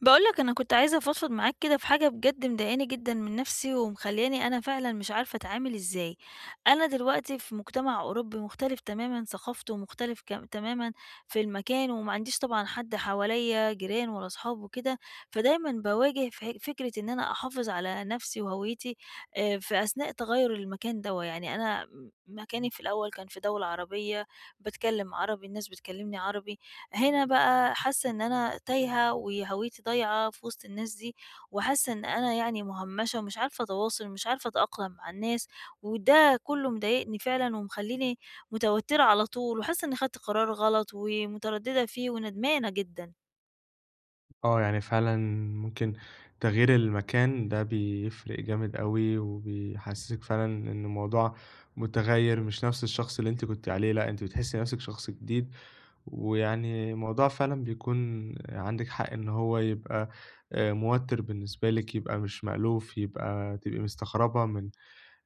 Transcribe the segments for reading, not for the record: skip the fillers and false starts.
باقول لك أنا كنت عايزة أفضفض معاك كده في حاجة بجد مضايقاني جدًا من نفسي، ومخلّياني أنا فعلًا مش عارفة أتعامل إزاي. أنا دلوقتي في مجتمع أوروبي مختلف تمامًا، ثقافته مختلف تمامًا في المكان، وما عنديش طبعًا حد حواليّا جيران ولا أصحاب وكده، فدايمًا باواجه فكرة إن أنا أحافظ على نفسي وهويتي في أثناء تغيُّر المكان دوّة. يعني أنا مكاني في الأول كان في دولة عربية، باتكلم عربي، الناس بتكلمني عربي. هنا بقى حاسة إن أنا تايهة وهويتي ضايعة في وسط الناس دي، وحاسة إن أنا يعني مهمشة ومش عارفة أتواصل ومش عارفة أتأقلم مع الناس، وده كله مضايقني فعلًا ومخلّيني متوترة على طول، وحاسة إني خدت قرار غلط ومترددة فيه وندمانة جدًا. آه، يعني فعلًا ممكن تغيير المكان ده بيفرق جامد أوي، وبيحسّسِك فعلًا إن الموضوع متغيّر، مش نفْس الشخص اللي أنتِ كنتِ عليه، لأ أنتِ بتحسّي نفْسِك شخص جديد. ويعني الموضوع فعلًا بيكون عندِك حق إن هو يبقى موتّر بالنسبة لِك، يبقى مش مألوف، يبقى تبقي مستغربة من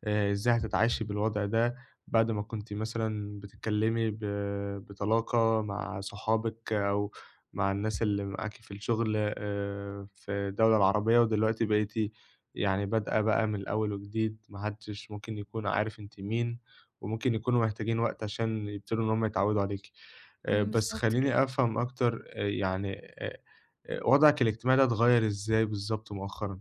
إزاي هتتعايشي بالوضع ده، بعد ما كنتِ مثلًا بتتكلّمي بطلاقة مع صحابِك أو مع الناس اللي معاكِ في الشغل في الدولة العربية، ودلوقتي بقيتِ يعني بادئة بقى من الأول وجديد. ما حدّش ممكن يكون عارف أنتِ مين، وممكن يكونوا محتاجين وقت عشان يبتدوا إن هم يتعوّدوا عليكِ. إمم، بس بالضبط كده. خلّيني أفهم أكتر. يعني آآ وضعِك الاجتماعي ده اتغيّر إزاي بالضبط مؤخرًا؟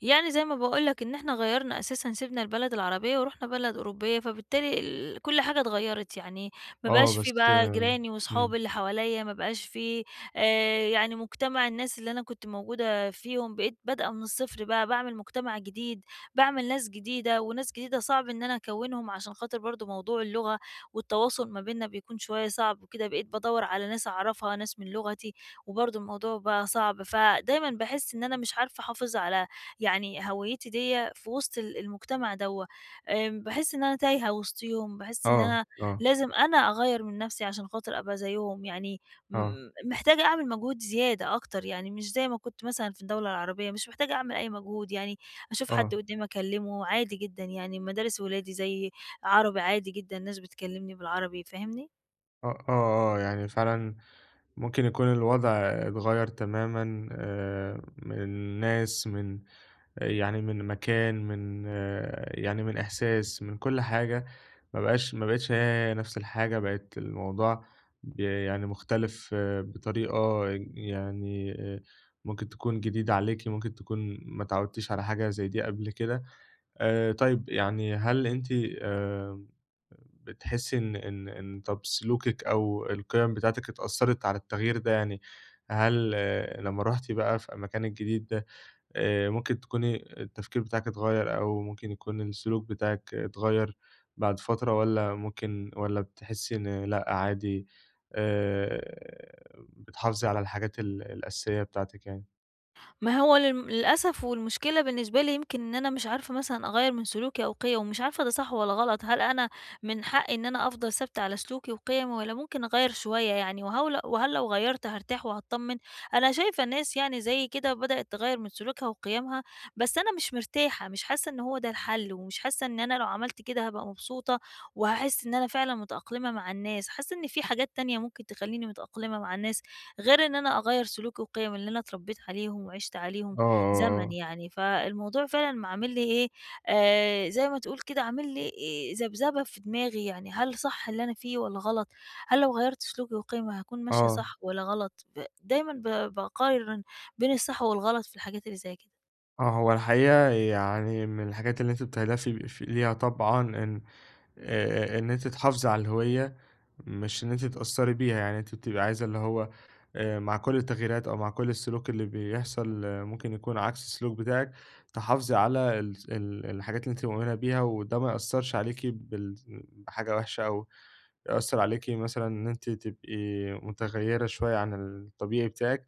يعني زي ما باقول لك إن إحنا غيّرنا أساسًا سِبنا البلد العربية ورُحنا بلد أوروبية، فبالتالي كل حاجة اتغيّرت، يعني ما آه، بقاش في بس. بقى جيراني إمم. وصحابي اللي حواليّا، ما بقاش في يعني مجتمع الناس اللي أنا كنت موجودة فيهم، بقيت بادئة من الصفر بقى، باعمل مجتمع جديد، باعمل ناس جديدة، وناس جديدة صعب إن أنا أكوّنهم عشان خاطر برضه موضوع اللغة والتواصل ما بيننا بيكون شوية صعب وكده، بقيت بادوّر على ناس أعرفها، ناس من لغتي، وبرضه الموضوع بقى صعب، فدايمًا باحس إن أنا مش عارفة أحافظ على يعني هويتي ديّة في وسط المجتمع دوّة، باحس إن أنا تايهة وسطيهم، باحس إن آه، أنا آه، لازم أنا أغيّر من نفسي عشان خاطر أبقى زيهم، يعني م آه. محتاجة أعمل مجهود زيادة أكتر، يعني مش زي ما كنت مثلًا في الدولة العربية، مش محتاجة أعمل أي مجهود، يعني أشوف حد آه، قدّامي أكلمه عادي جدًا، يعني مدارس ولادي زي عربي عادي جدًا، الناس بتكلمني بالعربي، فاهمني؟ آه، آه، آه، يعني فعلًا ممكن يكون الوضع اتغيّر تمامًا، من ناس، من يعني من مكان، من يعني من إحساس، من كل حاجة. ما بقتش هي نفس الحاجة. بقت الموضوع يعني مختلف، بطريقة يعني، ممكن تكون جديدة عليكِ، ممكن تكون ما اتعودتيش على حاجة زي دي قبل كده. طيب يعني هل أنتِ آآ بتحسي إن طب سلوكِك أو القِيَم بتاعتِك اتأثّرت على التغيير ده يعني؟ هل لمّا رُحتِ بقى في المكان الجديد ده، ممكن تكوني التفكير بتاعِك اتغيّر، أو ممكن يكون السلوك بتاعِك اتغيّر بعد فترة، والّا ممكن، والّا بتحسي إن لأ، عادي، آآ بتحافظي على الحاجات الأساسية بتاعتِك يعني؟ ما هو للأسف والمشكلة بالنسبة لي يمكن إن أنا مش عارفة مثلًا أغيّر من سلوكي أو قِيَمي، ومش عارفة ده صح والّا غلط، هل أنا من حقي إن أنا أفضل ثابتة على سلوكي وقِيَمي والّا ممكن أغيّر شوية يعني؟ وهل لو غيّرت هارتاح وهاتطمن؟ أنا شايفة ناس يعني زيي كده بدأت تغيّر من سلوكها وقِيَمها، بس أنا مش مرتاحة، مش حاسة إن هو ده الحل، ومش حاسة إن أنا لو عملت كده هابقى مبسوطة، وهاحس إن أنا فعلًا متأقلمة مع الناس، حاسة إن في حاجات تانية ممكن تخلّيني متأقلمة مع الناس، غير إن أنا أغيّر سلوكي وقيمي اللي أنا اتربيت عليهم وعِشت عليهم آه، آه، زمن آه. يعني، فالموضوع فعلًا عامل لي إيه، زي ما تقول كده عامل لي ذبذبة في دماغي، يعني هل صح اللي أنا فيه والّا غلط؟ هل لو غيّرت سلوكي وقيمي هاكون ماشية آه. صح والّا غلط؟ دايمًا باقارن بين الصح والغلط في الحاجات اللي زي كده. آه، هو الحقيقة يعني من الحاجات اللي أنتِ بتهدفي ب ف ليها طبعًا، إن أنتِ تحافظي على الهوية، مش إن أنتِ تأثّري بيها. يعني أنتِ بتبقي عايزة اللي هو، مع كل التغييرات، أو مع كل السلوك اللي بيحصل، ممكن يكون عكس السلوك بتاعِك، تحافظي على الس ال الحاجات اللي أنتِ مؤمنة بيها، وده ما يأثّرش عليكِ بحاجة وحشة، أو يأثّر عليكِ مثلًا إن أنتِ تبقي متغيّرة شوية عن الطبيعي بتاعِك.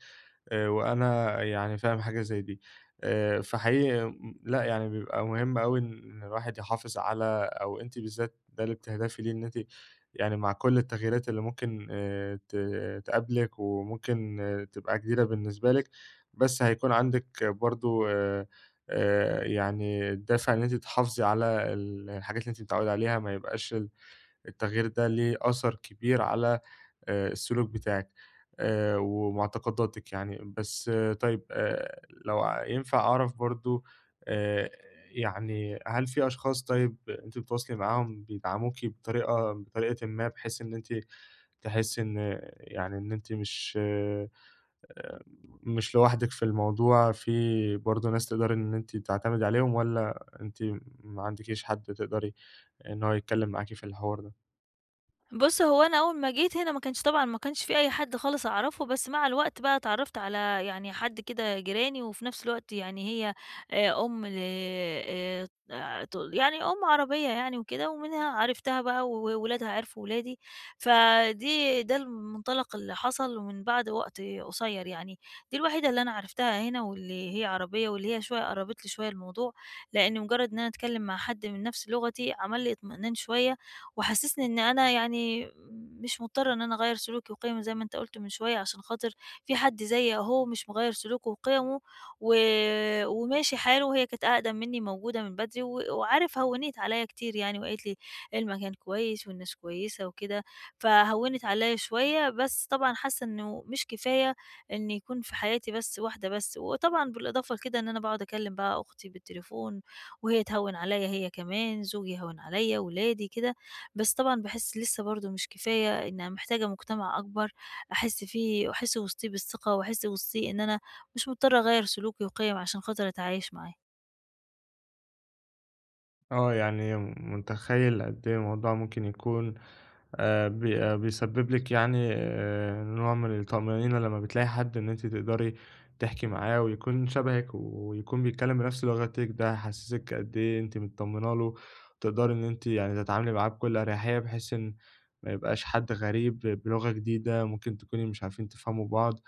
وأنا يعني فاهم حاجة زي دي. فحقيقي، لأ، يعني بيبقى مهم أوي إن الواحد يحافظ على، أو أنتِ بالذات ده اللي بتهدفي ليه، إن أنتِ يعني مع كل التغييرات اللي ممكن ت تقابلِك، وممكن تبقى جديدة بالنسبة لِك، بس هيكون عندِك برضه يعني الدافع إن أنتِ تحافظي على الحاجات اللي أنتِ متعوّدة عليها، ما يبقاش التغيير ده ليه أثر كبير على السلوك بتاعِك ومعتقداتِك يعني. بس طيب، لو ينفع أعرف برضه، آآ يعني هل في أشخاص، طيب أنتِ بتتواصلي معاهم بيدعموكِ بطريقةٍ ما، بحيث إن أنتِ تحسّي إن يعني إن أنتِ مش لوحدِك في الموضوع؟ في برضه ناس تقدري إن أنتِ تعتمدي عليهم، والّا أنتِ ما عندكيش حد تقدري إن هو يتكلّم معاكِ في الحوار ده؟ بُص، هو أنا أول ما جيت هنا ما كانش طبعًا ما كانش في أي حد خالص أعرفه، بس مع الوقت بقى اتعرّفت على يعني حد كده جيراني، وفي نفس الوقت يعني هي أم ل ت يعني أم عربية يعني وكده، ومنها عرفتها بقى وولادها عرفوا ولادي، فدي ده المنطلق اللي حصل ومن بعد وقت قصير يعني. دي الوحيدة اللي أنا عرفتها هنا واللي هي عربية واللي هي شوية قرّبت لي شوية الموضوع، لإن مجرّد إن أنا أتكلم مع حد من نفس لغتي عمل لي اطمئنان شوية وحسسني إن أنا يعني مش مضطرة إن أنا أغيّر سلوكي وقيمي زي ما أنت قُلت من شوية، عشان خاطر في حد زيي أهو مش مغيّر سلوكه وقيمه و وماشي حاله، وهي كانت أقدم مني موجودة من بدري وعارف هوّنِت عليَّ كتير يعني وقالت لي المكان كويس والناس كويسة وكده، فهوّنِت عليَّ شوية، بس طبعًا حاسة إنه مش كفاية إن يكون في حياتي بس واحدة بس، وطبعًا بالإضافة لكده إن أنا باقعد أكلم بقى أختي بالتليفون وهي تهوّن عليَّ هي كمان، زوجي يهوّن عليَّ، ولادي كده. بس طبعًا باحس لسه برضه مش كفاية، إن أنا محتاجة مجتمع أكبر أحس فيه وأحس وسطيه بالثقة، وأحس وسطيه إن أنا مش مضطرة أغيّر سلوكي وقِيَمي عشان خاطر أتعايش معاه. آه، يعني متخيّل قد إيه الموضوع ممكن يكون، بي آه، بيسبب لِك يعني نوع من الطمأنينة لمّا بتلاقي حد إن أنتِ تقدري تحكي معاه، ويكون شبهِك، ويكون بيتكلّم بنفس لغتِك. ده هيحسّسِك قد إيه أنتِ متطمنة له، تقدري إن أنتِ يعني تتعاملي معاه بكل أريحية، بحيث إن ما يبقاش حد غريب بلغة جديدة ممكن تكوني مش عارفين تفهموا بعض،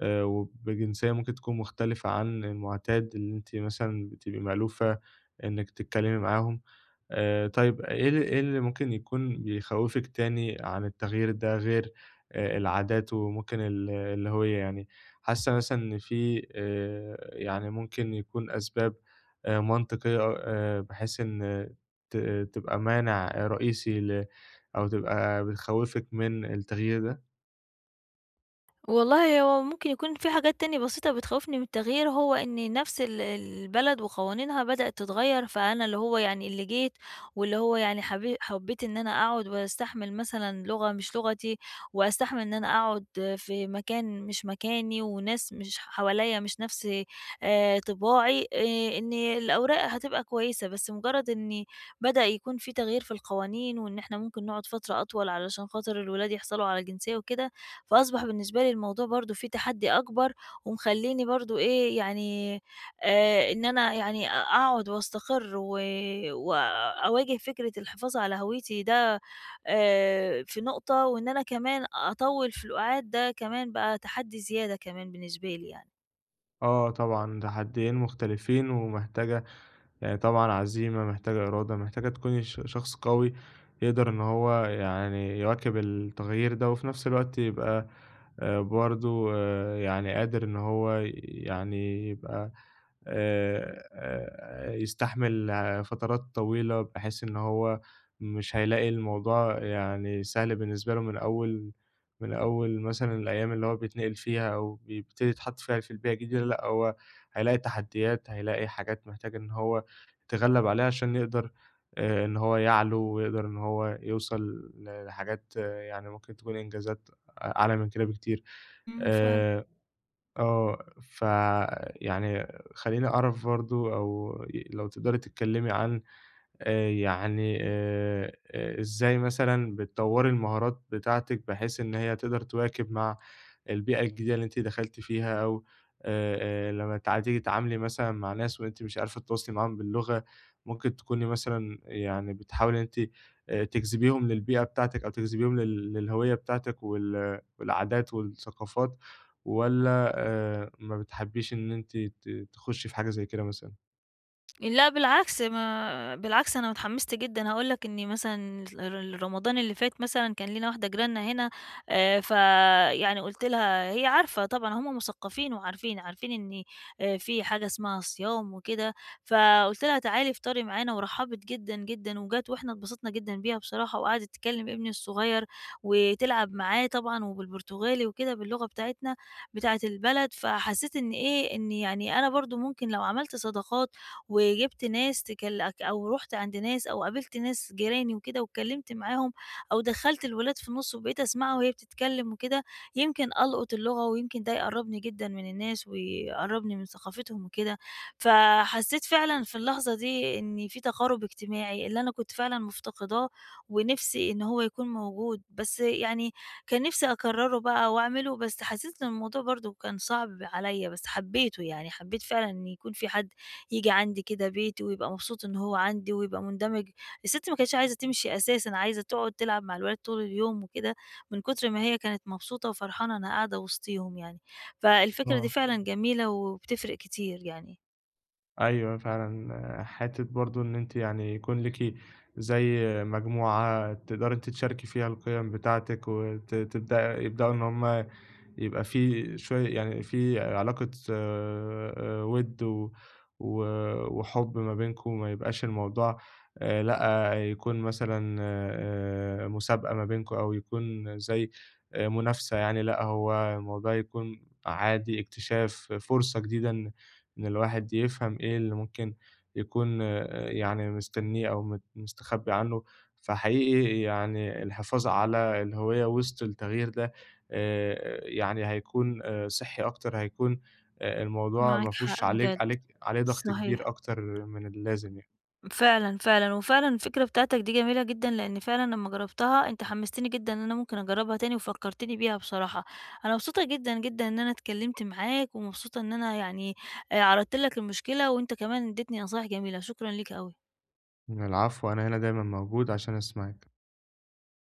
وبجنسية ممكن تكون مختلفة عن المُعتاد اللي أنتِ مثلًا بتبقي مألوفة إنِّك تتكلّمي معاهم. طيب، إيه إيه اللي ممكن يكون بيخوّفِك تاني عن التغيير ده، غير العادات وممكن الهوية؟ يعني حاسة مثلًا إن في يعني ممكن يكون أسباب منطقية، بحيث إن ت تبقى مانع رئيسي أو تبقى بتخوّفِك من التغيير ده؟ والله هو ممكن يكون في حاجات تانية بسيطة بتخوفني من التغيير هو إن نفس البلد وقوانينها بدأت تتغير فأنا اللي هو يعني اللي جيت واللي هو يعني حبيت إن أنا أقعد وأستحمل مثلا لغة مش لغتي وأستحمل إن أنا أقعد في مكان مش مكاني وناس مش حواليا مش نفس طباعي، إن الأوراق هتبقى كويسة بس مجرد إن بدأ يكون في تغيير في القوانين وإن إحنا ممكن نقعد فترة أطول علشان خاطر الولاد يحصلوا على جنسية وكده فأصبح بالنسبة لي الموضوع برضه فيه تحدّي أكبر، ومخلّيني برضه إيه يعني إن أنا يعني أقعد وأستقر وأواجه فكرة الحفاظ على هويتي ده في نقطة، وإن أنا كمان أطوّل في الأُقَعاد ده كمان بقى تحدّي زيادة كمان بالنسبة لي يعني. آه طبعًا، تحديين مختلفين، ومحتاجة يعني طبعًا عزيمة، محتاجة إرادة، محتاجة تكوني شخص قوي يقدر إن هو يعني يواكب التغيير ده، وفي نفس الوقت يبقى برضه يعني قادر إن هو يعني يبقى يستحمل فترات طويلة، بحيث إن هو مش هيلاقي الموضوع يعني سهل بالنسبة له من أول، مثلًا الأيام اللي هو بيتنقل فيها، أو بيبتدي يتحط فيها في البيئة الجديدة. لأ، هو هيلاقي تحديات، هيلاقي حاجات محتاج إن هو يتغلب عليها عشان يقدر، إن هو يعلو، ويقدر إن هو يوصل لحاجات، يعني ممكن تكون إنجازات أعلى من كده بكتير. إمم، ف آآ آه، ف يعني خلّيني أعرف برضه، أو لو تقدري تتكلّمي عن، يعني إزاي مثلًا بتطوّري المهارات بتاعتِك بحيث إن هي تقدر تواكب مع البيئة الجديدة اللي أنتِ دخلتِ فيها؟ أو لمّا تيجي تتعاملي مثلًا مع ناس وأنتِ مش عارفة تتواصلي معاهم باللغة، ممكن تكوني مثلًا يعني بتحاولي إن أنتِ تجذبيهم للبيئة بتاعتِك، أو تجذبيهم للهوية بتاعتِك والعادات والثقافات، والّا ما بتحبيش إن أنتِ تخشي في حاجة زي كده مثلًا؟ لأ بالعكس، ما بالعكس أنا اتحمّست جدًا، هاقول لك إني مثلًا رمضان اللي فات مثلًا كان لينا واحدة جيراننا هنا، فيعني قُلت لها هي عارفة طبعًا هم مثقّفين وعارفين، عارفين إن في حاجة اسمها صيام وكده، فقُلت لها تعالي افطري معانا ورحّبت جدًا، جدًا وجات وإحنا اتبسطنا جدًا بيها بصراحة وقعدت تكلّم ابني الصغير وتلعب معاه طبعًا وبالبرتغالي وكده، باللغة بتاعتنا بتاعة البلد، فحسّيت إن إيه، إن يعني أنا برضه ممكن لو عملت صداقات وجِبت ناس تكلك أو رُحت عند ناس أو قابلت ناس جيراني وكده واتكلّمت معاهم أو دخّلت الولاد في النُص وبقيت أسمعها وهي بتتكلّم وكده، يمكن ألقُط اللغة ويمكن ده يقرّبني جدًا من الناس ويقرّبني من ثقافتهم وكده. فحسّيت فعلًا في اللحظة دي إن في تقارُب اجتماعي اللي أنا كنت فعلًا مفتقداه ونِفسي إن هو يكون موجود، بس يعني كان نِفسي أكرّره بقى وأعمله، بس حسّيت إن الموضوع برضه كان صعب عليّا، بس حبّيته، يعني حبّيت فعلًا إن يكون في حد ييجي عندي كده بيتي ويبقى مبسوط إن هو عندي ويبقى مندمج. الست ما كانتش عايزة تمشي أساسًا، عايزة تقعد تلعب مع الولاد طول اليوم وكده، من كتر ما هي كانت مبسوطة وفرحانة إنها قاعدة وسطيهم يعني. فالفكرة دي آه. فعلًا جميلة وبتفرق كتير يعني. أيوه فعلًا، حتّة برضه إن أنتِ يعني يكون ليكِ زي مجموعة تقدري أنتِ تشاركي فيها القِيَم بتاعتِك، يبدأوا إن هُم يبقى في شوية، يعني في علاقة وِد و و وحُب ما بينكم، ما يبقاش الموضوع، لأ، يكون مثلًا مسابقة ما بينكم، أو يكون زي منافسة يعني. لأ، هو الموضوع يكون عادي، اكتشاف، فرصة جديدة إن الواحد يفهم إيه اللي ممكن يكون يعني مستنّيه، أو مستخبّي عنّه. فحقيقي يعني الحفاظ على الهوية وسط التغيير ده، يعني هيكون صحّي أكتر، هيكون الموضوع ما معاك فيهوش حق عليك بجد، عليك عليه ضغط صحيح. كبير أكتر من اللازم يعني. فعلًا، فعلًا، وفعلًا الفكرة بتاعتك دي جميلة جدًا، لإن فعلًا لمّا جربتها أنت حمستني جدًا إن أنا ممكن أجربها تاني وفكرتني بيها بصراحة، أنا مبسوطة جدًا، جدًا إن أنا اتكلمت معاك، ومبسوطة إن أنا يعني عرضت لك المشكلة، وأنت كمان اديتني نصايح جميلة، شكرًا ليك أوي. العفو، أنا هنا دايمًا موجود عشان أسمعِك.